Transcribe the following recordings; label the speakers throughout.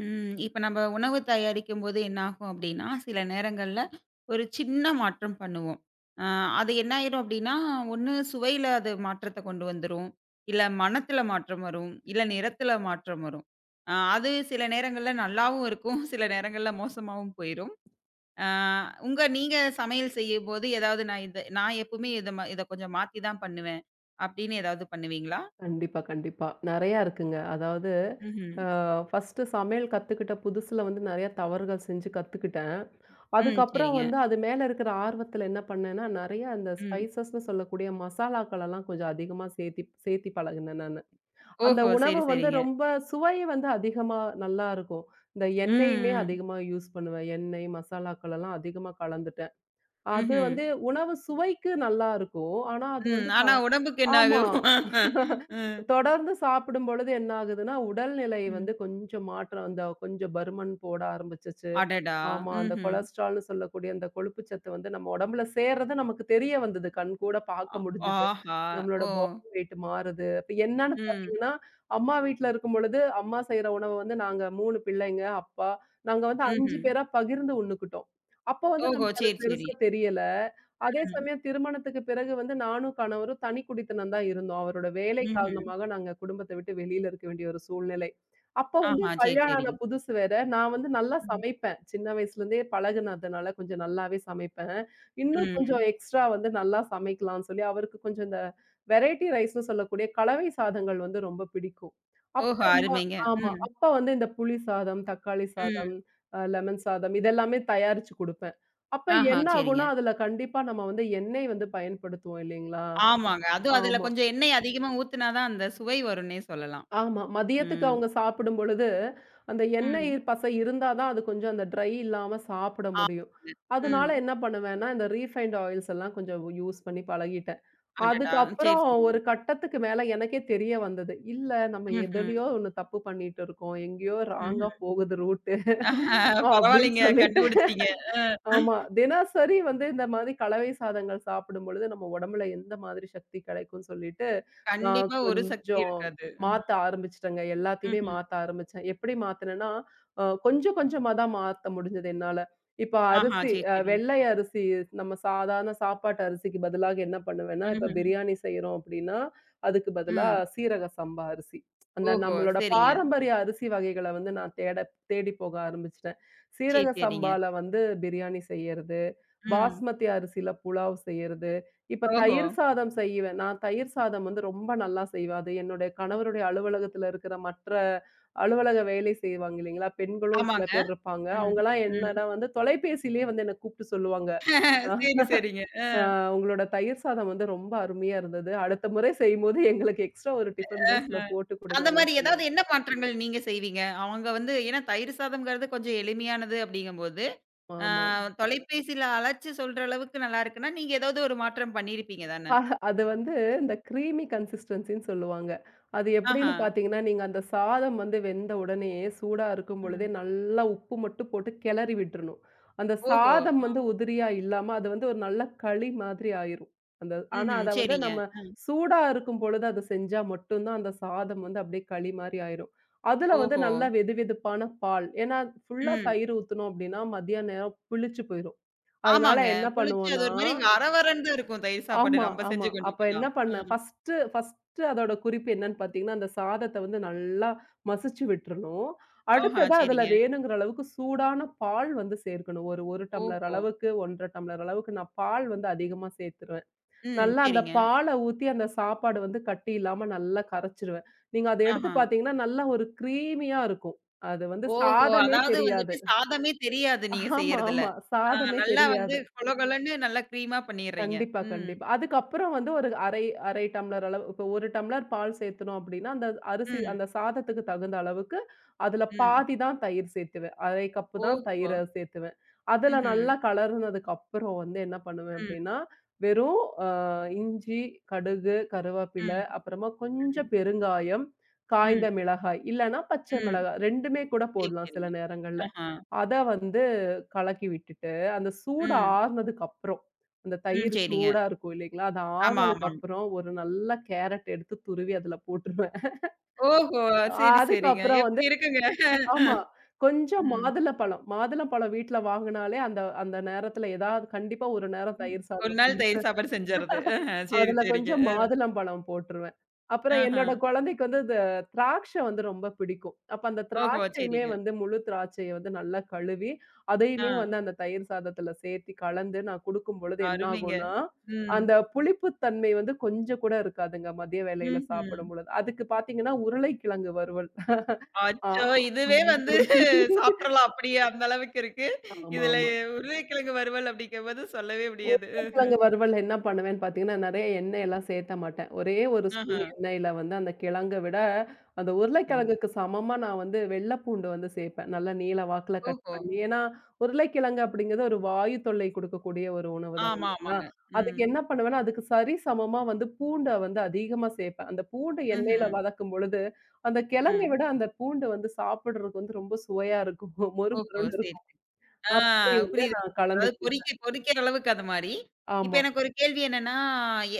Speaker 1: ம். இப்ப நம்ம உணவு தயாரிக்கும்போது என்னாகும் அப்டின்னா, சில நேரங்கள்ல ஒரு சின்ன மாற்றம் பண்ணுவோம். அ அது என்ன ஆயிரும் அப்டின்னா, ஒண்ணு சுவையில அது மாற்றத்த கொண்டு வந்துரும். இல்ல மணத்துல மாற்றம் வரும். இல்ல நிறத்துல மாற்றம் வரும். அது சில நேரங்கள்ல நல்லாவும் இருக்கும். சில நேரங்கள்ல மோசமாவும் போயிரும். அ உங்க நீங்க சமையல் செய்யும்போது ஏதாவது நான் எப்பவுமே இத கொஞ்சம் மாத்தி தான் பண்ணுவேன். அப்டின்னு ஏதாவது பண்ணுவீங்களா?
Speaker 2: கண்டிப்பா, கண்டிப்பா. நெறையா இருக்குங்க. அதாவது
Speaker 1: ம்ஹ்ம்.
Speaker 2: அ ஃபர்ஸ்ட்டு சமையல் கத்துக்கிட்ட புதுசுல வந்து நெறைய தவறுகள் செஞ்சு கத்துக்கிட்டேன்.
Speaker 1: ம்.
Speaker 2: அதுக்கப்புறம்
Speaker 1: சரிங்க.
Speaker 2: வந்து அது மேல இருக்கிற ஆர்வத்துல என்ன பண்ணேன்னா, நெறையா அந்த
Speaker 1: ம்.
Speaker 2: ஸ்பைசஸ்ன்னு சொல்லக்கூடிய மசாலாக்களெல்லாம் கொஞ்சம் அதிகமா சேர்த்தி சேர்த்தி பழகுனேன் நானு. அந்த
Speaker 1: ஓஹோ!
Speaker 2: உணவு
Speaker 1: சரி,
Speaker 2: வந்து
Speaker 1: சரிங்க.
Speaker 2: ரொம்ப சுவை வந்து அதிகமா நல்லா இருக்கும். இந்த
Speaker 1: ம்.
Speaker 2: எண்ணெயுமே
Speaker 1: ம்.
Speaker 2: அதிகமா யூஸ் பண்ணுவேன். எண்ணெய், மசாலாக்கள் எல்லாம் அதிகமா கலந்துட்டேன். அது
Speaker 1: ம்ஹ்ம்.
Speaker 2: வந்து உணவு சுவைக்கு நல்லா இருக்கும். ஆனா அது
Speaker 1: ம்.
Speaker 2: வந்து
Speaker 1: ஆனா உடம்புக்கு என்ன
Speaker 2: ஆமா.
Speaker 1: ஆகும்? ம்.
Speaker 2: தொடர்ந்து சாப்பிடும் பொழுது என்ன ஆகுதுன்னா, உடல்நிலை வந்து
Speaker 1: ம்.
Speaker 2: கொஞ்சம் மாற்றம் அந்த கொஞ்சம் பருமன் போட ஆரம்பிச்சுச்சு.
Speaker 1: அடடா!
Speaker 2: ஆமா. அந்த
Speaker 1: ம்ஹ்ம்.
Speaker 2: கொலஸ்ட்ரால்ன்னு சொல்லக்கூடிய அந்த கொழுப்பு சத்து வந்து நம்ம உடம்புல சேர்றது நமக்கு தெரிய வந்தது. கண் கூட
Speaker 1: அ
Speaker 2: பார்க்க முடிஞ்சது.
Speaker 1: ஆஹா!
Speaker 2: நம்மளோட
Speaker 1: ஓ!
Speaker 2: பாடி வெயிட் மாறுது. அப்ப என்னன்னு
Speaker 1: ம்.
Speaker 2: பார்த்தீங்கன்னா, அம்மா வீட்ல இருக்கும்பொழுது, அம்மா செய்ற உணவ வந்து நாங்க 3 பிள்ளைங்க, அப்பா, நாங்க வந்து 5
Speaker 1: ம்ஹ்ம்.
Speaker 2: பேரா பகிர்ந்து உண்ணுக்கிட்டோம். அப்ப வந்து
Speaker 1: ஓஹோ!
Speaker 2: நமக்கு அது
Speaker 1: சரி, சரி.
Speaker 2: பெருசா தெரியல. அதே
Speaker 1: ம்.
Speaker 2: சமயம் திருமணத்துக்கு பிறகு வந்து நானும், கணவரும் தனி குடித்தனம் தான் இருந்தோம். அவரோட வேலை
Speaker 1: ம்ஹ்ம்.
Speaker 2: காரணமாக நாங்க குடும்பத்த விட்டு வெளியில இருக்க வேண்டிய ஒரு சூழ்நிலை. அப்போ
Speaker 1: ஆஹா! சரி,
Speaker 2: கல்யாணம்
Speaker 1: சரி.
Speaker 2: ஆன புதுசு வேற. நான் வந்து நல்லா
Speaker 1: ம்.
Speaker 2: சமைப்பேன். சின்ன வயசுலேருந்தே பழகுனதுனால கொஞ்சம் நல்லாவே சமைப்பேன். இன்னும் கொஞ்சம்
Speaker 1: ம்.
Speaker 2: எக்ஸ்ட்ரா வந்து நல்லா சமைக்கலாம்னு சொல்லி, அவருக்கு கொஞ்சம் இந்த வெரைட்டி ரைஸ்ன்னு சொல்லக்கூடிய கலவை சாதங்கள் வந்து ரொம்ப பிடிக்கும். அப்ப
Speaker 1: ஓஹோ!
Speaker 2: என்ன
Speaker 1: அருமைங்க.
Speaker 2: ஆமா.
Speaker 1: ம்.
Speaker 2: அப்ப வந்து இந்த புளி சாதம், தக்காளி
Speaker 1: ம்.
Speaker 2: சாதம், லெமன் சாதம் இதெல்லாமே தயாரிச்சு குடுப்பேன். அப்ப
Speaker 1: ஆஹா!
Speaker 2: என்ன ஆகும்னா,
Speaker 1: சரிங்க.
Speaker 2: அதுல கண்டிப்பா நம்ம வந்து எண்ணெய் வந்து பயன்படுத்துவோம் இல்லைங்களா?
Speaker 1: ஆமாங்க. அதுவும் அதுல
Speaker 2: ஆமா.
Speaker 1: கொஞ்சம் எண்ணெய் அதிகமா ஊத்துனா தான் அந்த சுவை வரும்னே சொல்லலாம்.
Speaker 2: ஆமா. மதியத்துக்கு
Speaker 1: ம்.
Speaker 2: அவங்க சாப்பிடும் பொழுது, அந்த எண்ணெய்
Speaker 1: ம்.
Speaker 2: பசை இருந்தா தான் அது கொஞ்சம் அந்த ட்ரை இல்லாம சாப்பிட முடியும்.
Speaker 1: ஆமாங்க.
Speaker 2: அதனால
Speaker 1: ம்.
Speaker 2: என்ன பண்ணுவேன்னா, இந்த ரீஃபைண்ட் ஆயில்ஸ் எல்லாம் கொஞ்சம் யூஸ் பண்ணி பழகிட்டேன்.
Speaker 1: அடடா!
Speaker 2: அதுக்கப்புறம்
Speaker 1: சரி,
Speaker 2: ஒரு
Speaker 1: சரிங்க.
Speaker 2: கட்டத்துக்கு மேல எனக்கே தெரிய வந்தது. இல்ல நம்ம
Speaker 1: ம்ஹ்ம்.
Speaker 2: எதுலயோ ஒண்ணு தப்பு பண்ணிட்டு இருக்கோம். எங்கேயோ ராங்கா
Speaker 1: ம்ஹ்ம்.
Speaker 2: போகுது ரூட்டு அப்படின்னு
Speaker 1: பரவாயில்லைங்க.
Speaker 2: சொல்லிட்டு
Speaker 1: கண்டுபிடிச்சீங்க. அ.
Speaker 2: ஆமா. தினசரி வந்து இந்த மாதிரி கலவை சாதங்கள் சாப்பிடும் பொழுது நம்ம உடம்புல எந்த மாதிரி சக்தி கிடைக்கும்னு சொல்லிட்டு, நான்
Speaker 1: கண்டிப்பா ஒரு சக்தி
Speaker 2: கொஞ்சம்
Speaker 1: இருக்காது. ம்.
Speaker 2: மாத்த ஆரம்பிச்சுட்டேங்க. எல்லாத்தையுமே
Speaker 1: ம்ஹ்ம்.
Speaker 2: மாத்த ஆரம்பிச்சேன். எப்படி மாத்துனேன்னா, கொஞ்சம் கொஞ்சமா தான் மாத்த முடிஞ்சது என்னால. இப்ப
Speaker 1: ஆஹா!
Speaker 2: அரிசி
Speaker 1: சரி, சரி.
Speaker 2: வெள்ளை அரிசி நம்ம சாதாரண சாப்பாட்டு அரிசிக்கு பதிலாக என்ன பண்ணுவேன்னா, இப்ப
Speaker 1: ம்ஹ்ம்.
Speaker 2: பிரியாணி செய்றோம் அப்படின்னா, அதுக்கு பதிலா
Speaker 1: ம்.
Speaker 2: சீரக சம்பா அரிசி. அந்த
Speaker 1: ஓஹோ!
Speaker 2: நம்மளோட
Speaker 1: சரிங்க.
Speaker 2: பாரம்பரிய அரிசி வகைகள வந்து நான் தேட தேடி போக ஆரம்பிச்சுட்டேன்.
Speaker 1: சரி,
Speaker 2: சீரக
Speaker 1: சரிங்க.
Speaker 2: சம்பால வந்து பிரியாணி செய்யறது,
Speaker 1: ம்.
Speaker 2: பாஸ்மதி அரிசியில புலாவ் செய்யறது, இப்ப
Speaker 1: ஓஹோ!
Speaker 2: தயிர் சாதம் செய்வேன். நான் தயிர் சாதம் வந்து ரொம்ப நல்லா செய்வேன். அது என்னுடைய கணவருடைய அலுவலகத்துல இருக்கிற மற்ற அலுவலக வேலை செய்வாங்க இல்லைங்களா? பெண்களும் சில
Speaker 1: ஆமாங்க.
Speaker 2: பேர் இருப்பாங்க.
Speaker 1: ம்.
Speaker 2: அவங்கலாம்
Speaker 1: ம்.
Speaker 2: என்னன்னா வந்து தொலைபேசியிலேயே வந்து என்ன கூப்பிட்டு சொல்லுவாங்க. அ
Speaker 1: சரி, சரிங்க.
Speaker 2: "உங்களோட தயிர் சாதம் வந்து ரொம்ப அருமையா இருந்தது. அடுத்த முறை செய்யும்போது எங்களுக்கு எக்ஸ்ட்ரா ஒரு டிஃபன் பாக்ஸ்ல போட்டு
Speaker 1: அந்த மாரி
Speaker 2: குடுங்கன்லாம்"
Speaker 1: ஏதாவது
Speaker 2: சொல்லுவாங்க.
Speaker 1: என்ன மாற்றங்கள் நீங்க செய்வீங்க? அவங்க வந்து ஏன்னா தயிர் சாதம்ங்கிறது கொஞ்சம் எளிமையானது அப்படிங்கும்போது, ஆ
Speaker 2: ஆமா.
Speaker 1: தொலைபேசியில அழைச்சு சொல்ற அளவுக்கு நல்லா இருக்குன்னா, நீங்க ஏதாவது ஒரு மாற்றம் பண்ணியிருப்பீங்க தானே?
Speaker 2: அது வந்து இந்த கிரீமி கன்சிஸ்டன்சின்னு சொல்லுவாங்க. அது எப்படின்னு
Speaker 1: ஆஹா.
Speaker 2: பார்த்தீங்கன்னா, நீங்க அந்த சாதம் வந்து வெந்த உடனேயே சூடா இருக்கும் பொழுதே
Speaker 1: ம்.
Speaker 2: நல்லா உப்பு மட்டும் போட்டு கிளறி விட்டுறணும். அந்த
Speaker 1: ஓஹோ!
Speaker 2: சாதம் வந்து உதிரியா இல்லாம, அது வந்து ஒரு நல்ல களி மாதிரி ஆயிரும். அந்த ஆனா
Speaker 1: ம்ஹ்ம்.
Speaker 2: அத வந்து
Speaker 1: சரிங்க.
Speaker 2: நம்ம சூடா இருக்கும் பொழுது அத செஞ்சா மட்டும் தான் அந்த சாதம் வந்து அப்படியே களி மாரி ஆயிரும். அதுல வந்து
Speaker 1: ஓஹோ!
Speaker 2: நல்லா வெதுவெதுப்பான பால். ஏன்னா ஃபுல்லா
Speaker 1: ம்.
Speaker 2: தயிர் ஊத்துனோம் அப்படின்னா, மதிய நேரம் புளிச்சு போயிரும். அதனால
Speaker 1: ஆமாங்க.
Speaker 2: என்ன
Speaker 1: புளிச்சு அது
Speaker 2: பண்ணுவோம்னா
Speaker 1: ஒரு மாரி வர வரன்னு தான் இருக்கும் தயிர் சாப்பாடு
Speaker 2: ஆமா,
Speaker 1: நம்ம
Speaker 2: ஆமா.
Speaker 1: செஞ்சு கொண்டு
Speaker 2: அப்ப
Speaker 1: போனா.
Speaker 2: என்ன
Speaker 1: அ.
Speaker 2: பண்ணேன், ஃபர்ஸ்ட்டு ஃபர்ஸ்ட்டு அதோட குறிப்பு என்னன்னு பார்த்தீங்கன்னா, அந்த சாதத்த வந்து நல்லா மசிச்சு விட்டுறணும்.
Speaker 1: ஆஹா
Speaker 2: அடுத்ததா அதுல
Speaker 1: சரிங்க.
Speaker 2: வேணுங்கிற அளவுக்கு சூடான பால் வந்து சேர்க்கணும். ஒரு 1 டம்ளர்
Speaker 1: ஓஹோ!
Speaker 2: அளவுக்கு, 1 1/2 டம்ளர் அளவுக்கு நான் பால் வந்து அதிகமா சேர்த்துருவேன்.
Speaker 1: ம்.
Speaker 2: நல்லா அந்த
Speaker 1: சரிங்க.
Speaker 2: பால ஊத்தி அந்த சாப்பாடு வந்து கட்டி இல்லாம நல்லா கரைச்சுருவேன். நீங்க அத எடுத்து
Speaker 1: ஆஹா.
Speaker 2: பார்த்தீங்கன்னா, நல்லா ஒரு கிரீமியா இருக்கும். அது வந்து
Speaker 1: ஓஹோ!
Speaker 2: சாதமே
Speaker 1: அதாவது
Speaker 2: தெரியாது.
Speaker 1: வந்துட்டு சாதமே தெரியாது நீங்க
Speaker 2: ஆமா,
Speaker 1: செய்யறதுல.
Speaker 2: ஆமா.
Speaker 1: ஆ
Speaker 2: சாதமே
Speaker 1: நல்லா வந்து
Speaker 2: தெரியாது.
Speaker 1: கொல கொலன்னு நல்லா க்ரீமா பண்ணிர்றீங்க.
Speaker 2: கண்டிப்பா,
Speaker 1: ம்.
Speaker 2: கண்டிப்பா. அதுக்கப்புறம் வந்து ஒரு 1/2 1/2 டம்ளர் அளவு இப்ப 1 டம்ளர் பால் சேர்த்தணும் அப்படின்னா, அந்த அரிசி
Speaker 1: ம்.
Speaker 2: அந்த சாதத்துக்கு தகுந்த அளவுக்கு அதுல
Speaker 1: ம்.
Speaker 2: பாதி தான் தயிர் சேர்த்துவேன். 1/2 கப்பு தான் தயிர
Speaker 1: ஓஹோ!
Speaker 2: சேர்த்துவேன். அதுல
Speaker 1: ம்ஹ்ம்.
Speaker 2: நல்லா கலர்னதுக்கு அப்புறம் வந்து என்ன பண்ணுவேன்
Speaker 1: ம்.
Speaker 2: அப்படின்னா, வெறும் இஞ்சி, கடுகு, கருவேப்பில,
Speaker 1: ம்.
Speaker 2: அப்புறமா கொஞ்சம்
Speaker 1: ம்.
Speaker 2: பெருங்காயம், காய்ந்த
Speaker 1: ம்.
Speaker 2: மிளகாய், இல்லன்னா பச்சை
Speaker 1: ம்.
Speaker 2: மிளகாய் 2மே கூட
Speaker 1: சரி,
Speaker 2: போடலாம் சில
Speaker 1: சரிங்க.
Speaker 2: நேரங்கள்ல.
Speaker 1: ஆஹா.
Speaker 2: அத வந்து கலக்கி விட்டுட்டு, அந்த சூடு
Speaker 1: ம்.
Speaker 2: ஆறுனதுக்கு அப்புறம், அந்த
Speaker 1: ம்.
Speaker 2: தயிர்
Speaker 1: சரிங்க.
Speaker 2: சூடா இருக்கும் இல்லைங்களா? அது
Speaker 1: ஆமா,
Speaker 2: ஆறுனதுக்கு
Speaker 1: ஆமாங்க.
Speaker 2: அப்புறம் ஒரு நல்ல கேரட் எடுத்து துருவி அதுல போட்டுருவேன்.
Speaker 1: ஓஹோ! சரி, சரிங்க.
Speaker 2: அதுக்கப்புறம் வந்து
Speaker 1: எப்படி இருக்குங்க?
Speaker 2: ஆமா. கொஞ்சம்
Speaker 1: ம்.
Speaker 2: மாதுளப்பழம். மாதுளப்பழம் வீட்ல வாங்குனாலே அந்த அந்த நேரத்துல ஏதாவது கண்டிப்பா ஒரு நேரம் தயிர்
Speaker 1: ஒரு
Speaker 2: சாதம்
Speaker 1: நாள் தயிர் சாப்பாடு செஞ்சறது. ஆஹ, சரி,
Speaker 2: அதுல
Speaker 1: சரிங்க.
Speaker 2: கொஞ்சம் மாதுளம்பழம் போட்டுருவேன். அப்புறம்
Speaker 1: ஆஹ.
Speaker 2: என்னோட குழந்தைக்கு வந்து இந்த திராட்சை வந்து ரொம்ப பிடிக்கும். அப்ப அந்த
Speaker 1: ஓஹோ!
Speaker 2: திராட்சையுமே
Speaker 1: சரிங்க.
Speaker 2: வந்து முழு திராட்சைய வந்து நல்லா கழுவி,
Speaker 1: ஆ,
Speaker 2: அதையுமே வந்து அந்த தயிர் சாதத்துல சேர்த்து கலந்து நான் குடுக்கும் பொழுது என்ன
Speaker 1: அருமைங்க.
Speaker 2: ஆகும்னா,
Speaker 1: ம்.
Speaker 2: அந்த புளிப்புத்தன்மை வந்து கொஞ்சம் கூட இருக்காதுங்க. மதிய வேளையில
Speaker 1: ம்ஹ்ம்.
Speaker 2: சாப்பிடும் பொழுது. அதுக்கு பார்த்தீங்கன்னா, உருளைக்கிழங்கு வறுவல். ஆ.
Speaker 1: அச்சோ! இதுவே வந்து சாப்ட்றலாம் அப்படியே அந்த அளவுக்கு இருக்கு. இதுல
Speaker 2: ஆமாமா.
Speaker 1: உருளைக்கிழங்கு வறுவல் அப்படிங்கும்போது சொல்லவே முடியாது.
Speaker 2: உருளைக்கிழங்கு வறுவல் என்ன பண்ணுவேன்னு பார்த்தீங்கன்னா, நெறைய எண்ணெய் எல்லாம் சேர்த்த மாட்டேன். ஒரே 1 ஸ்பூன்
Speaker 1: ஆஹ.
Speaker 2: எண்ணெயில வந்து அந்த கிழங்க விட, அந்த
Speaker 1: ம்.
Speaker 2: உருளைக்கிழங்குக்கு சமமா நான் வந்து வெள்ள பூண்டு வந்து சேர்ப்பேன். நல்லா நீள வாக்குல கட்
Speaker 1: ஓஹோ!
Speaker 2: பண்ணி. ஏன்னா, உருளைக்கிழங்கு அப்படிங்கிறது ஒரு வாயு தொல்லை குடுக்கக்கூடிய ஒரு உணவு தான்
Speaker 1: ஆமா,
Speaker 2: இல்லைங்களா?
Speaker 1: ஆமாங்க.
Speaker 2: அதுக்கு
Speaker 1: ம்.
Speaker 2: என்ன பண்ணுவேன்னா, அதுக்கு சரி சமமா வந்து பூண்ட வந்து அதிகமா சேர்ப்பேன். அந்த பூண்டு
Speaker 1: ம்ஹ்ம்.
Speaker 2: எண்ணெயில வதக்கும் பொழுது, அந்த கிழங்க
Speaker 1: ம்.
Speaker 2: விட அந்த பூண்டு வந்து சாப்பிடுறதுக்கு வந்து ரொம்ப சுவையா இருக்கும். மொறு
Speaker 1: ஓஹோ!
Speaker 2: மொறுன்னு
Speaker 1: சரி,
Speaker 2: இருக்கும்.
Speaker 1: சரி. ஆ
Speaker 2: அப்படி வந்து
Speaker 1: புரியுது.
Speaker 2: நான் கலந்து
Speaker 1: அதாவது
Speaker 2: குடுப்பேன்.
Speaker 1: பொறிக்க பொறிக்கிற அளவுக்கு அது மாரி. இப்ப
Speaker 2: ஆமா.
Speaker 1: எனக்கு ஒரு கேள்வி என்னன்னா,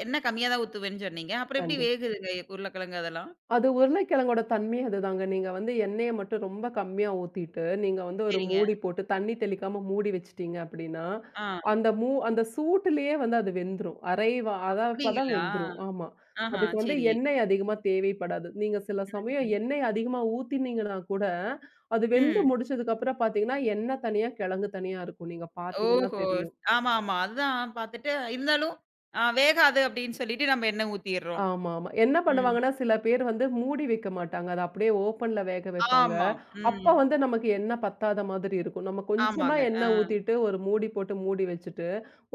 Speaker 1: எண்ணெய் கம்மியா தான் ஊத்துவேன்னு சொன்னீங்க. அப்புறம் எப்படி
Speaker 2: கண்டிப்பா.
Speaker 1: வேகுதுங்க உருளைக்கிழங்கு அதெல்லாம்?
Speaker 2: அது உருளைக்கிழங்கோட தன்மையே அதுதாங்க. நீங்க வந்து எண்ணெய மட்டும் ரொம்ப கம்மியா ஊத்திட்டு, நீங்க வந்து ஒரு
Speaker 1: சரிங்க.
Speaker 2: மூடி போட்டு தண்ணி தெளிக்காம மூடி வச்சுட்டீங்க அப்படின்னா,
Speaker 1: ஆ.
Speaker 2: அந்த அந்த சூட்டுலயே வந்து அது வெந்துரும். அரைவா அதான் அப்பதான்
Speaker 1: அப்படிங்களா?
Speaker 2: வெந்துரும். ஆமா.
Speaker 1: ஆஹா,
Speaker 2: அதுக்கு வந்து
Speaker 1: சரி.
Speaker 2: எண்ணெய் அதிகமா தேவைப்படாது. நீங்க சில சமயம்
Speaker 1: ம்.
Speaker 2: எண்ணெய் அதிகமா ஊத்தினீங்கன்னா கூட, அது வெந்து
Speaker 1: ம்.
Speaker 2: முடிச்சதுக்கப்புறம் பார்த்தீங்கன்னா, எண்ணெய் தனியா, கிழங்கு தனியா இருக்கும். நீங்க பார்த்தீங்கன்னா
Speaker 1: ஓஹோ!
Speaker 2: தெரியும்.
Speaker 1: ஆமாமா. அதுதான் பாத்துட்டு, இருந்தாலும் வேகாது அப்படின்னு சொல்லிட்டு நம்ம எண்ணெய் ஊத்திர்றோம்.
Speaker 2: ஆமாமா. என்ன
Speaker 1: ம்.
Speaker 2: பண்ணுவாங்கன்னா, சில பேர் வந்து மூடி வைக்க மாட்டாங்க. அத அப்படியே ஓப்பன்ல வேக வைப்பாங்க.
Speaker 1: ஆமாம்.
Speaker 2: அப்ப
Speaker 1: ம்.
Speaker 2: வந்து நமக்கு எண்ணெய் பத்தாத மாதிரி இருக்கும். நம்ம கொஞ்சமா
Speaker 1: ஆமாங்க. ஆ.
Speaker 2: எண்ணெய் ஊத்திட்டு, ஒரு மூடி போட்டு மூடி வச்சுட்டு,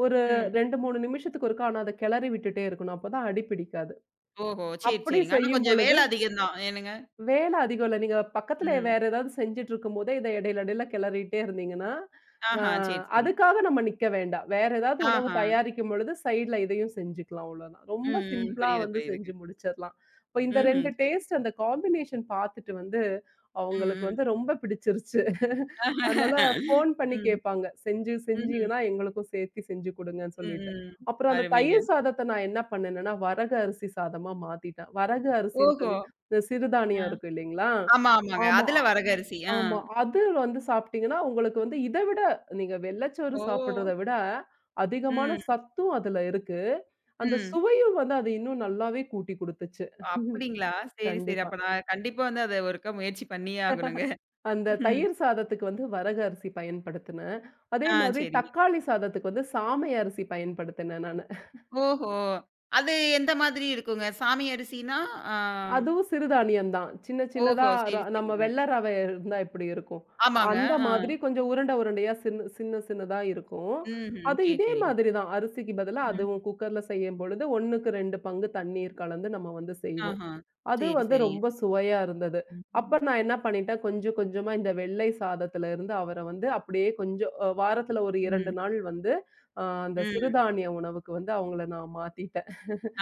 Speaker 2: ஒரு
Speaker 1: ம்.
Speaker 2: 2, 3 நிமிஷத்துக்கு ஒருக்கா ஆனா அத கிளறி விட்டுட்டே இருக்கணும். அப்பதான் அடி பிடிக்காது.
Speaker 1: ஓஹோ! சரி,
Speaker 2: அப்படி
Speaker 1: சரிங்க. ஆனா
Speaker 2: செய்யும்
Speaker 1: கொஞ்சம்
Speaker 2: பொழுது
Speaker 1: வேலை அதிகம் தான். என்னங்க?
Speaker 2: வேலை அதிகம் இல்ல. நீங்க பக்கத்துல
Speaker 1: ம்.
Speaker 2: வேற ஏதாவது செஞ்சுட்டு இருக்கும்போதே, இத இடையில இடையில கிளறிட்டே இருந்தீங்கன்னா, அ
Speaker 1: ஆஹா, சரி, சரி.
Speaker 2: அதுக்காக நம்ம நிக்க வேண்டாம். வேற ஏதாவது உணவு
Speaker 1: ஆஹா.
Speaker 2: தயாரிக்கும் பொழுது சைடுல இதையும் செஞ்சுக்கலாம் அவ்வளோதான். ரொம்ப
Speaker 1: ம், ம்.
Speaker 2: சிம்பிளா
Speaker 1: புரியுது,
Speaker 2: வந்து
Speaker 1: புரியுதுங்க.
Speaker 2: செஞ்சு முடிச்சிரலாம். இப்ப இந்த
Speaker 1: ம்ஹ்ம்.
Speaker 2: 2
Speaker 1: சரி.
Speaker 2: டேஸ்ட் அந்த காம்பினேஷன் பார்த்துட்டு வந்து,
Speaker 1: ம்,
Speaker 2: அவங்களுக்கு
Speaker 1: ம்.
Speaker 2: வந்து ரொம்ப பிடிச்சிருச்சு. அதனால ஃபோன் பண்ணி
Speaker 1: ம்.
Speaker 2: கேட்பாங்க. "செஞ்சு
Speaker 1: ம்ஹ்ம்.
Speaker 2: செஞ்சீங்கன்னா எங்களுக்கும் சேர்த்து செஞ்சு குடுங்கன்னு"
Speaker 1: ம்,
Speaker 2: சொல்லிட்டு.
Speaker 1: ம்.
Speaker 2: அப்புறம் அந்த
Speaker 1: அருமைங்க.
Speaker 2: தயிர் சாதத்த நான் என்ன பண்ணேன்னா, வரகு அரிசி சாதமா மாத்திட்டேன். வரகு அரிசின்னு
Speaker 1: ஓஹோ!
Speaker 2: சொல்லி இந்த
Speaker 1: அ.
Speaker 2: சிறுதானியம் இருக்கு இல்லைங்களா?
Speaker 1: ஆமா, ஆமாங்க.
Speaker 2: ஆமா,
Speaker 1: அதுல வரகரிசி. ஆ.
Speaker 2: ஆமா. அது வந்து சாப்பிட்டீங்கன்னா, உங்களுக்கு வந்து இத விட நீங்க வெள்ளச்சோறு
Speaker 1: ஓ!
Speaker 2: சாப்பிடுறத விட, அதிகமான
Speaker 1: ம்,
Speaker 2: சத்தும் அதுல இருக்கு. அந்த
Speaker 1: ம்.
Speaker 2: சுவையும் வந்து அது இன்னும் நல்லாவே கூட்டி குடுத்துச்சு.
Speaker 1: அப்படிங்களா? சரி, சரி.
Speaker 2: கண்டிப்பா.
Speaker 1: அப்ப நான் கண்டிப்பா வந்து அத ஒருக்கா முயற்சி பண்ணியே ஆகணுங்க.
Speaker 2: அந்த
Speaker 1: ம்.
Speaker 2: தயிர் சாதத்துக்கு வந்து வரகு அரிசி பயன்படுத்தினேன். அதே
Speaker 1: ஆ
Speaker 2: மாதிரி
Speaker 1: சரிங்க.
Speaker 2: தக்காளி சாதத்துக்கு வந்து சாமை அரிசி பயன்படுத்தினேன் நானு.
Speaker 1: ஓஹோ! அது எந்த மாதிரி இருக்குங்க? சாமி அரிசினா, ஆ
Speaker 2: அதுவும் சிறுதானியம் தான். சின்ன சின்னதா
Speaker 1: ஓஹோ! சரி,
Speaker 2: நம்ம
Speaker 1: சரிங்க.
Speaker 2: வெள்ள ரவை இருந்தா எப்படி இருக்கும்?
Speaker 1: ஆமாங்க.
Speaker 2: அந்த
Speaker 1: ஆ.
Speaker 2: மாதிரி கொஞ்சம் உருண்ட உருண்டையா சின்ன சின்ன சின்னதா இருக்கும்.
Speaker 1: ம்ஹ்ம்.
Speaker 2: அது
Speaker 1: சரி,
Speaker 2: இதே
Speaker 1: சரிங்க.
Speaker 2: மாதிரி தான். அரிசிக்கு பதிலா
Speaker 1: ம்.
Speaker 2: அதுவும் குக்கர்ல செய்யும்பொழுது 1க்கு 2 பங்கு தண்ணீர் கலந்து நம்ம வந்து செய்வோம்.
Speaker 1: ஆஹா.
Speaker 2: அது
Speaker 1: சரி,
Speaker 2: வந்து
Speaker 1: சரிங்க.
Speaker 2: ரொம்ப சுவையா இருந்தது.
Speaker 1: ம்,
Speaker 2: அப்ப நான் என்ன பண்ணிட்டேன், கொஞ்சம் கொஞ்சமா இந்த வெள்ளை சாதத்துல இருந்து அவர வந்து அப்படியே கொஞ்சம் வாரத்துல ஒரு 2
Speaker 1: ம்,
Speaker 2: நாள் வந்து அந்த
Speaker 1: ம்.
Speaker 2: சிறுதானிய உணவுக்கு வந்து அவங்கள நான் மாத்திட்டேன்.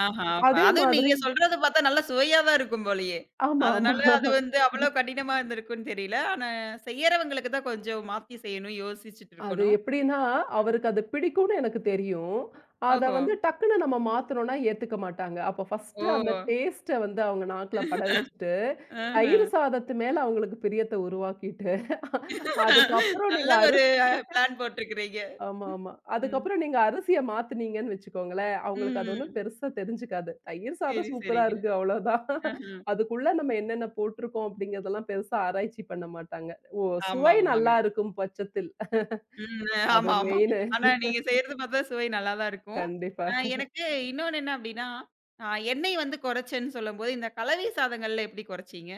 Speaker 1: ஆஹா. அப்ப
Speaker 2: அதே
Speaker 1: அதுவும்
Speaker 2: மாதிரி
Speaker 1: நீங்க சொல்றத பார்த்தா நல்லா சுவையா தான் இருக்கும் போலயே!
Speaker 2: ஆமாமா.
Speaker 1: அதனால அது வந்து அவ்வளோ கடினமா இருந்திருக்கும்னு தெரியல. ஆனா செய்யறவங்களுக்கு தான் கொஞ்சம் மாத்தி செய்யணும், யோசிச்சுட்டு
Speaker 2: அது
Speaker 1: இருக்கணும்.
Speaker 2: எப்படின்னா, அவருக்கு அது பிடிக்கும்னு எனக்கு தெரியும். அத
Speaker 1: ஓஹோ!
Speaker 2: வந்து டக்குனு நம்ம மாத்துனோம்னா ஏத்துக்க மாட்டாங்க. அப்ப
Speaker 1: ஓ!
Speaker 2: ஃபர்ஸ்ட்டு அந்த டேஸ்ட்ட வந்து அவங்க நாக்குல பட வச்சுட்டு,
Speaker 1: ஆஹ.
Speaker 2: தயிர் சாதத்து மேல அவங்களுக்கு பிரியத்த உருவாக்கிட்டு, அதுக்கப்புறம்
Speaker 1: நல்ல
Speaker 2: நீங்க
Speaker 1: ஒரு
Speaker 2: அரிசி
Speaker 1: பிளான் போட்டிருக்கிறீங்க.
Speaker 2: ஆமா, ஆமா.
Speaker 1: ம்.
Speaker 2: அதுக்கப்புறம் நீங்க அரிசிய மாத்துனீங்கன்னு வச்சுக்கோங்களேன், அவங்களுக்கு அது ஒண்ணும்
Speaker 1: ம்.
Speaker 2: பெருசா தெரிஞ்சுக்காது. தயிர் சாதம்
Speaker 1: சரி,
Speaker 2: சூப்பரா
Speaker 1: சரிங்க.
Speaker 2: இருக்கு அவ்வளோதான்.
Speaker 1: ஆஹ.
Speaker 2: அதுக்குள்ள நம்ம என்னென்ன போட்டிருக்கோம் அப்படிங்கிறதெல்லாம் பெருசா ஆராய்ச்சி பண்ண மாட்டாங்க. ஓ!
Speaker 1: ஆமா,
Speaker 2: சுவை
Speaker 1: ஆமாங்க.
Speaker 2: நல்லா இருக்கும் பட்சத்தில்
Speaker 1: ம்.
Speaker 2: அது
Speaker 1: ஆமா, ஆமா.
Speaker 2: மெயினு.
Speaker 1: ஆனா நீங்க செய்றது பார்த்தா சுவை நல்லா தான் இருக்கும்.
Speaker 2: கண்டிப்பா.
Speaker 1: எனக்கு இன்னொன்னு என்ன அப்டின்னா, அ எண்ணெய் வந்து குறைச்சேன்னு சொல்லும்போது, இந்த கலவை சாதங்கள்ல எப்படி குறைச்சீங்க?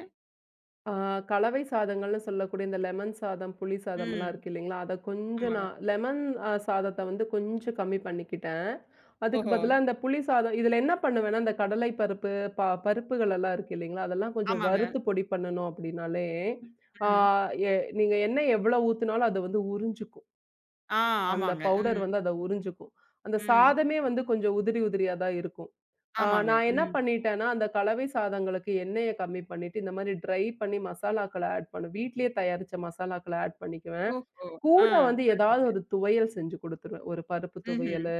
Speaker 2: ஆ கலவை சாதங்கள்னு சொல்லக்கூடிய இந்த லெமன் சாதம், புளி சாதம்லாம்
Speaker 1: ம்.
Speaker 2: இருக்கு இல்லைங்களா? அத கொஞ்சம்
Speaker 1: ஆமாங்க.
Speaker 2: நான் லெமன் சாதத்த வந்து கொஞ்சம் கம்மி பண்ணிக்கிட்டேன். அதுக்கு
Speaker 1: ஓஹோ!
Speaker 2: பதிலா இந்த புளி சாதம் இதுல என்ன பண்ணுவேன்னா, இந்த கடலை பருப்பு, பருப்புகள் எல்லாம் இருக்கு இல்லைங்களா? அதெல்லாம் கொஞ்சம்
Speaker 1: ஆமாங்க.
Speaker 2: வறுத்து பொடி பண்ணணும் அப்படின்னாலே, ஆ
Speaker 1: ம்.
Speaker 2: எ நீங்க எண்ணெய் எவ்வளோ ஊத்துனாலும் அது வந்து உறிஞ்சுக்கும்.
Speaker 1: ஆ
Speaker 2: அந்த
Speaker 1: ஆமாங்க.
Speaker 2: பவுடர்
Speaker 1: ம்.
Speaker 2: வந்து அத உறிஞ்சுக்கும். அந்த
Speaker 1: ம்.
Speaker 2: சாதமே வந்து கொஞ்சம் உதிரி உதிரியா தான் இருக்கும்.
Speaker 1: ஆமாங்க.
Speaker 2: நான் என்ன
Speaker 1: ம்.
Speaker 2: பண்ணிட்டேன்னா, அந்த கலவை சாதங்களுக்கு எண்ணெய கம்மி பண்ணிட்டு, இந்த மாரி ட்ரை பண்ணி மசாலாக்கள ஆட் பண்ணுவேன். வீட்லயே தயாரிச்ச மசாலாக்கள ஆட் பண்ணிக்குவேன்.
Speaker 1: ஓஹோ! ஆ.
Speaker 2: கூட வந்து ஏதாவது
Speaker 1: அருமைங்க.
Speaker 2: ஒரு துவையல் செஞ்சு குடுத்துருவேன். ஒரு பருப்பு
Speaker 1: ம்ஹ்ம்.
Speaker 2: துவையலு,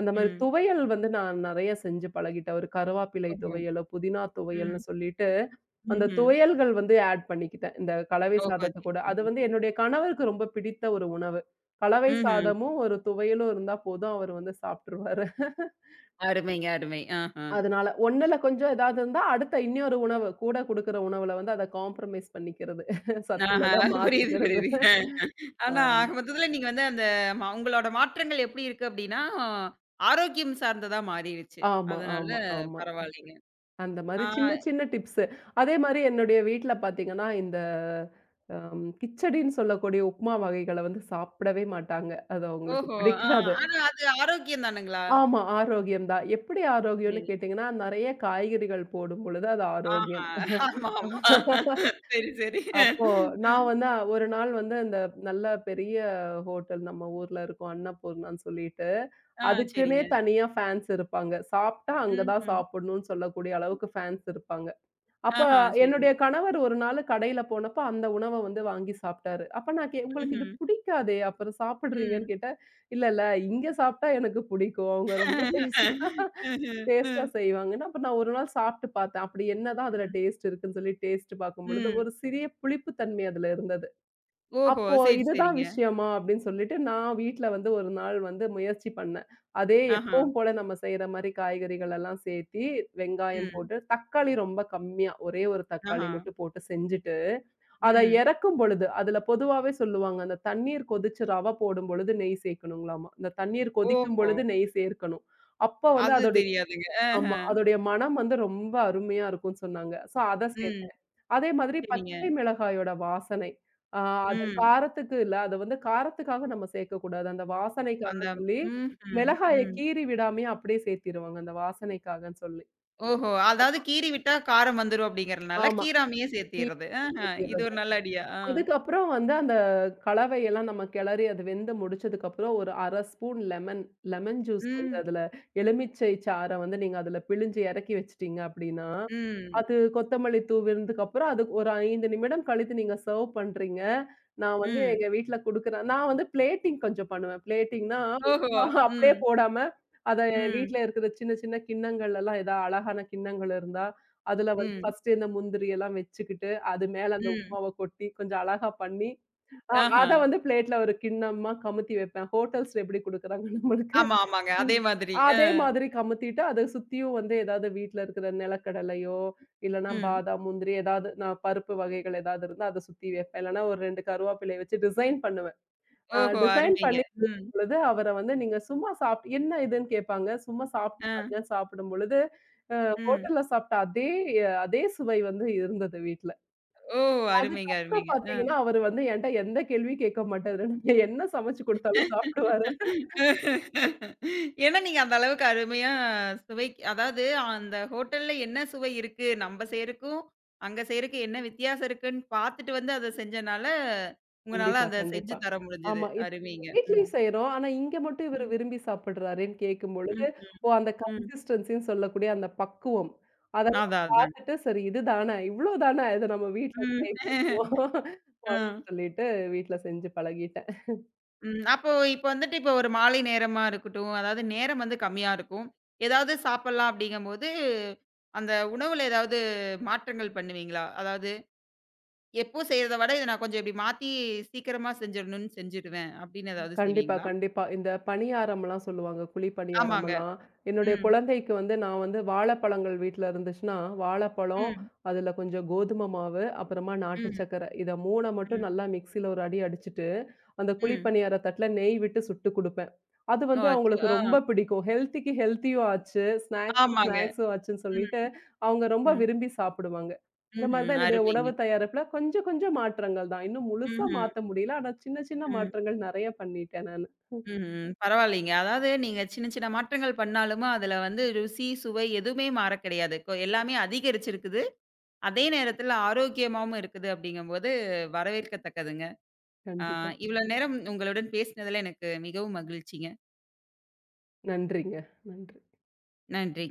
Speaker 2: அந்த மாரி
Speaker 1: ம்.
Speaker 2: துவையல் வந்து நான் நெறைய செஞ்சு பழகிட்டேன். ஒரு கருவாப்பிலை
Speaker 1: ஓஹோ!
Speaker 2: துவையலோ, புதினா துவையல்னு
Speaker 1: ம்.
Speaker 2: சொல்லிட்டு, அந்த
Speaker 1: ம்ஹ்ம்.
Speaker 2: துவையல்கள் வந்து ஆட் பண்ணிக்கிட்டேன். இந்த கலவை
Speaker 1: ஓஹோ!
Speaker 2: சாதத்து
Speaker 1: சரி,
Speaker 2: கூட. அது
Speaker 1: சரி.
Speaker 2: வந்து என்னுடைய கணவருக்கு ரொம்ப பிடித்த ஒரு உணவு. கலவை
Speaker 1: ம்ஹ்ம்.
Speaker 2: சாதமும், ஒரு துவையலும் இருந்தா போதும் அவரு வந்து சாப்ட்டுருவாரு.
Speaker 1: அருமைங்க, அருமை. ஆஹா.
Speaker 2: அதனால 1ல கொஞ்சம் ஏதாவது இருந்தா, அடுத்த இன்னொரு உணவு கூட குடுக்குற உணவுல வந்து அத காம்ப்ரமைஸ் பண்ணிக்கிறது.
Speaker 1: ஆஹா.
Speaker 2: சத்துள்ளதா
Speaker 1: புரியுது,
Speaker 2: மாத்திக்கிறது.
Speaker 1: புரியுது.
Speaker 2: ஆ.
Speaker 1: ஆனா ஆக மொத்தத்துல நீங்க வந்து அந்த உங்களோட மாற்றங்கள் எப்படி இருக்கு அப்படின்னா, ஆரோக்கியம் சார்ந்ததா மாறிருச்சு.
Speaker 2: ஆமா,
Speaker 1: அதனால
Speaker 2: ஆமா, ஆமா.
Speaker 1: பரவாயில்லைங்க.
Speaker 2: அந்த
Speaker 1: ஆ
Speaker 2: மாரி சின்ன சின்ன டிப்ஸு. அதே மாரி என்னுடைய வீட்ல பார்த்தீங்கன்னா, இந்த கிச்சடின்னு சொல்லக்கூடிய உப்மா வகைகள வந்து சாப்பிடவே மாட்டாங்க. அது அவங்களுக்கு
Speaker 1: ஓஹோ! ஆ
Speaker 2: பிடிக்காது.
Speaker 1: ஆனா அது ஆரோக்கியம் தானுங்களா?
Speaker 2: ஆமா ஆரோக்கியம் தான். எப்படி ஆரோக்கியம்னு
Speaker 1: சரி.
Speaker 2: கேட்டீங்கன்னா, நெறைய காய்கறிகள் போடும் பொழுது அது ஆரோக்கியம்.
Speaker 1: ஆஹா. ஆமா, ஆமா. சரி, சரி.
Speaker 2: அப்போ நான் வந்து ஒரு நாள் வந்து இந்த நல்ல பெரிய ஹோட்டல் நம்ம ஊர்ல இருக்கும் அன்னபூர்ணான்னு சொல்லிட்டு,
Speaker 1: ஆ
Speaker 2: அதுக்குன்னே
Speaker 1: சரிங்க.
Speaker 2: தனியா ஃபேன்ஸ் இருப்பாங்க. சாப்ட்டா அங்க தான்
Speaker 1: ம்ஹ்ம்.
Speaker 2: சாப்பிடணும்னு சொல்லக்கூடிய அளவுக்கு ஃபேன்ஸ் இருப்பாங்க. அப்ப
Speaker 1: ஆஹா. சரிங்க.
Speaker 2: என்னுடைய கணவர் ஒரு நாளு கடையில போனப்ப அந்த உணவ வந்து வாங்கி சாப்ட்டாரு. அப்ப நான் உங்களுக்கு இது
Speaker 1: ம்ஹ்ம்.
Speaker 2: பிடிக்காதே! அப்புறம் சாப்பிடுறீங்கன்னு
Speaker 1: ம்.
Speaker 2: கேட்டேன். இல்ல, இல்ல இங்க சாப்ட்டா எனக்கு பிடிக்கும். அவங்க ரொம்ப டேஸ்ட்டா
Speaker 1: ம்ஹ்ம்.
Speaker 2: டேஸ்ட்டா
Speaker 1: ம்.
Speaker 2: செய்வாங்கன்னு. அப்ப நான் ஒரு நாள் சாப்ட்டு பார்த்தேன். அப்படி என்னதான் அதுல டேஸ்ட் இருக்குன்னு சொல்லி டேஸ்ட் பார்க்கும்பொழுது,
Speaker 1: ம்.
Speaker 2: ஒரு சிறிய புளிப்பு தன்மை அதுல இருந்தது.
Speaker 1: ஓஹோ!
Speaker 2: அப்போ
Speaker 1: சரி,
Speaker 2: இதுதான்
Speaker 1: சரிங்க.
Speaker 2: விஷயமா? அப்படின்னு சொல்லிட்டு நான் வீட்ல வந்து ஒரு நாள் வந்து முயற்சி பண்ணேன். அதே
Speaker 1: ஆஹா.
Speaker 2: எப்பவும் போல நம்ம செய்ற மாரி காய்கறிகள் எல்லாம் சேர்த்தி, வெங்காயம்
Speaker 1: ம்.
Speaker 2: போட்டு, தக்காளி ரொம்ப கம்மியா, ஒரே ஒரு தக்காளி
Speaker 1: ஆஹா.
Speaker 2: மட்டும் போட்டு செஞ்சுட்டு, அத
Speaker 1: ம்.
Speaker 2: இறக்கும் பொழுது, அதுல பொதுவாவே சொல்லுவாங்க, அந்த தண்ணீர் கொதிச்சு ரவ போடும் பொழுது நெய் சேர்க்கணுங்களாமா. இந்த தண்ணீர் கொதிக்கும்
Speaker 1: ஓஹோ!
Speaker 2: பொழுது நெய் சேர்க்கணும். அப்ப வந்து
Speaker 1: அது
Speaker 2: அதோட
Speaker 1: தெரியாதுங்க. ஆஹ.
Speaker 2: ஆமா. அதோடைய மனம் வந்து ரொம்ப அருமையா இருக்கும்ன்னு சொன்னாங்க. சோ அத
Speaker 1: ம்.
Speaker 2: சேர்த்தேன். அதே மாதிரி
Speaker 1: சரிங்க.
Speaker 2: பச்சை மிளகாயோட வாசனை. ஆ அது
Speaker 1: ம்.
Speaker 2: காரத்துக்கு இல்ல. அது வந்து காரத்துக்காக நம்ம சேர்க்கக்கூடாது. அந்த வாசனைக்காக
Speaker 1: அந்த
Speaker 2: சொல்லி,
Speaker 1: ம்ஹ்ம்.
Speaker 2: மிளகாய
Speaker 1: ம்.
Speaker 2: கீறி விடாமயே அப்படியே சேர்த்திருவாங்க. அந்த வாசனைக்காகன்னு சொல்லி.
Speaker 1: ஓஹோ! அதாவது கீறி விட்டா காரம் வந்துரும் அப்படிங்கிறனால
Speaker 2: ஆமா.
Speaker 1: கீராமயே
Speaker 2: கீ
Speaker 1: சேர்த்திர்றது. ஆஹ. இது
Speaker 2: சேர்த்திர்றது.
Speaker 1: ஒரு நல்ல ஐடியா. ஆ.
Speaker 2: அதுக்கப்புறம் வந்து அந்த கலவையெல்லாம் நம்ம கிளறி அது வெந்து முடிச்சதுக்கப்புறம் ஒரு 1/2 ஸ்பூன் லெமன் லெமன் ஜூஸ் வந்து
Speaker 1: ம்.
Speaker 2: அதுல எலுமிச்சை சார வந்து நீங்க அதுல பிழிஞ்சு இறக்கி வச்சுட்டீங்க அப்படின்னா
Speaker 1: ம்.
Speaker 2: அது கொத்தமல்லி தூவினதுக்கு அப்புறம், அது ஒரு 5 நிமிடம் கழித்து நீங்க சர்வ் பண்றீங்க. நான் வந்து
Speaker 1: ம்.
Speaker 2: எங்க வீட்ல குடுக்குறேன். நான் வந்து பிளேட்டிங் கொஞ்சம் பண்ணுவேன். பிளேட்டிங்னா
Speaker 1: ஓஹோ!
Speaker 2: அப்படியே
Speaker 1: ம்.
Speaker 2: போடாம, அத வீட்ல
Speaker 1: ம்.
Speaker 2: இருக்கிற சின்ன சின்ன கிண்ணங்கள் எல்லாம் ஏதா அழகான கிண்ணங்கள் இருந்தா, அதுல வந்து
Speaker 1: ம்.
Speaker 2: ஃபர்ஸ்ட்டு இந்த முந்திரி எல்லாம் வச்சுக்கிட்டு, அது மேல அந்த
Speaker 1: ம்.
Speaker 2: உப்புமாவ கொட்டி கொஞ்சம் அழகா பண்ணி
Speaker 1: ஆஹா.
Speaker 2: அத வந்து பிளேட்ல ஒரு கிண்ணமா கமுத்தி வைப்பேன். ஹோட்டல்ஸ்ல எப்படி குடுக்குறாங்க நம்மளுக்கு.
Speaker 1: ஆமா, ஆமாங்க. அதே
Speaker 2: ம்.
Speaker 1: மாதிரி. அ.
Speaker 2: அதே மாதிரி கமுத்திட்டு அத சுத்தியும் வந்து ஏதாவது வீட்ல இருக்கிற நிலக்கடலையோ, இல்லன்னா
Speaker 1: ம்.
Speaker 2: பாதாம், முந்திரி ஏதாவது நான் பருப்பு வகைகள் ஏதாவது இருந்தா அத சுத்தி வைப்பேன். இல்லன்னா ஒரு 2 கருவாப்பிலைய வச்சு டிசைன் பண்ணுவேன்.
Speaker 1: ஓஹோ!
Speaker 2: டிசைன்
Speaker 1: அருமைங்க.
Speaker 2: பண்ணி
Speaker 1: ம்.
Speaker 2: குடுக்கும் பொழுது அவர வந்து நீங்க சும்மா சாப்ட்டு என்ன இதுன்னு கேட்பாங்க. சும்மா சாப்ட்டு
Speaker 1: அ.
Speaker 2: பாருங்க சாப்பிடும் பொழுது, அ
Speaker 1: ம்.
Speaker 2: ஹோட்டல்ல சாப்பிட்ட அதே அதே சுவை வந்து இருந்தது வீட்ல.
Speaker 1: ஓ! அருமைங்க,
Speaker 2: அதுக்கப்புறம்
Speaker 1: அருமைங்க.
Speaker 2: பாத்தீங்கன்னா, அவரு வந்து என்ட்ட எந்த கேள்வியும் கேட்க மாட்டாரு. நீங்க என்ன சமைச்சு குடுத்தாலும் சாப்பிடுவாரு.
Speaker 1: ஏன்னா, நீங்க அந்த அளவுக்கு அருமையா அதாவது அந்த ஹோட்டல்ல என்ன சுவை இருக்கு? நம்ப செய்றக்கும், அங்க செய்றக்கும் என்ன வித்தியாசம் இருக்குன்னு பார்த்துட்டு வந்து அத செஞ்சனால, உங்கனால
Speaker 2: கண்டிப்பா,
Speaker 1: அத
Speaker 2: கண்டிப்பா.
Speaker 1: செஞ்சு தர முடிஞ்சது.
Speaker 2: ஆமா. இது
Speaker 1: அருமைங்க. ம்.
Speaker 2: வீட்லயும் செய்றோம். ஆனா, இங்க மட்டும் இவரு
Speaker 1: ம்.
Speaker 2: விரும்பி சாப்பிடுறாரேன்னு கேட்கும்பொழுது,
Speaker 1: ம்.
Speaker 2: ஓ! அந்த
Speaker 1: ம். ம்.
Speaker 2: கன்சிஸ்டன்சின்னு சொல்லக்கூடிய அந்த பக்குவம்.
Speaker 1: அதான்,
Speaker 2: அதெல்லாம்
Speaker 1: அதாங்க.
Speaker 2: பாத்துட்டு, சரி இதுதானே, இவ்ளோ தானே, இத நம்ம வீட்ல ட்ரை
Speaker 1: ம்.
Speaker 2: பண்ணுவோம்.
Speaker 1: ஆ.
Speaker 2: அப்படின்னு சொல்லிட்டு வீட்ல செஞ்சு பழகிட்டேன்.
Speaker 1: ம். அப்போ இப்ப வந்துட்டு இப்ப ஒரு மாலை நேரமா இருக்கட்டும், அதாவது நேரம் வந்து கம்மியா இருக்கும். ஏதாவது சாப்பிடலாம் அப்படிங்கும்போது, அந்த உணவுல ஏதாவது மாற்றங்கள் பண்ணுவீங்களா? அதாவது எப்போ செய்றத விட இத நான் கொஞ்சம் இப்படி மாத்தி சீக்கிரமா செஞ்சிடணும்னு செஞ்சுடுவேன் அப்படின்னு ஏதாவது
Speaker 2: கண்டிப்பா,
Speaker 1: செய்வீங்களா?
Speaker 2: கண்டிப்பா. இந்த பணியாரம்லாம் சொல்லுவாங்க. குழி
Speaker 1: ஆமாங்க.
Speaker 2: பணியாரம்லாம். என்னுடைய
Speaker 1: ம்.
Speaker 2: குழந்தைக்கு வந்து நான் வந்து வாழைப்பழங்கள் வீட்ல இருந்துச்சுன்னா, வாழைப்பழம்,
Speaker 1: ம்.
Speaker 2: அதுல கொஞ்சம் கோதுமை மாவு, அப்புறமா நாட்டு
Speaker 1: ம்.
Speaker 2: சர்க்கரை. இத 3
Speaker 1: ம்.
Speaker 2: மட்டும் நல்லா மிக்ஸில ஒரு அடி அடிச்சுட்டு, அந்த குழி
Speaker 1: ம்.
Speaker 2: பணியார தட்டுல நெய் விட்டு சுட்டு குடுப்பேன். அது
Speaker 1: ஓ!
Speaker 2: வந்து
Speaker 1: அச்சோ!
Speaker 2: அவங்களுக்கு
Speaker 1: ஆ.
Speaker 2: ரொம்ப பிடிக்கும். ஹெல்த்திக்கு ஹெல்த்தியும் ஆச்சு, ஸ்நாக்ஸுக்கு
Speaker 1: ஆமாங்க.
Speaker 2: ஸ்நாக்ஸும் ஆச்சுன்னு சொல்லிட்டு,
Speaker 1: ம்.
Speaker 2: அவங்க ரொம்ப
Speaker 1: ம்.
Speaker 2: விரும்பி சாப்பிடுவாங்க. இந்த மாதிரி தான்
Speaker 1: ம்ஹ்ம்.
Speaker 2: என்னுடைய
Speaker 1: அருமைங்க.
Speaker 2: உணவு தயாரிப்புல கொஞ்சம் கொஞ்சம் மாற்றங்கள் தான். இன்னும் முழுசா
Speaker 1: ம்ஹ்ம்.
Speaker 2: மாத்த முடியல. ஆனா சின்ன சின்ன
Speaker 1: ம்.
Speaker 2: மாற்றங்கள் நெறைய பண்ணிட்டேன் நானு.
Speaker 1: ம்ஹ்ம். பரவாயில்லைங்க. அதாவது நீங்க சின்ன சின்ன மாற்றங்கள் பண்ணாலுமே அதுல வந்து ருசி, சுவை எதுவுமே மாற கிடையாது. எல்லாமே அதிகரிச்சிருக்குது. அதே நேரத்துல ஆரோக்கியமாவும் இருக்குது அப்படிங்கும்போது வரவேற்கத்தக்கதுங்க. ஆ
Speaker 2: கண்டிப்பா.
Speaker 1: இவ்வளவு நேரம் உங்களுடன் பேசினதுல எனக்கு மிகவும் மகிழ்ச்சிங்க.
Speaker 2: நன்றிங்க. நன்றி.
Speaker 1: நன்றி.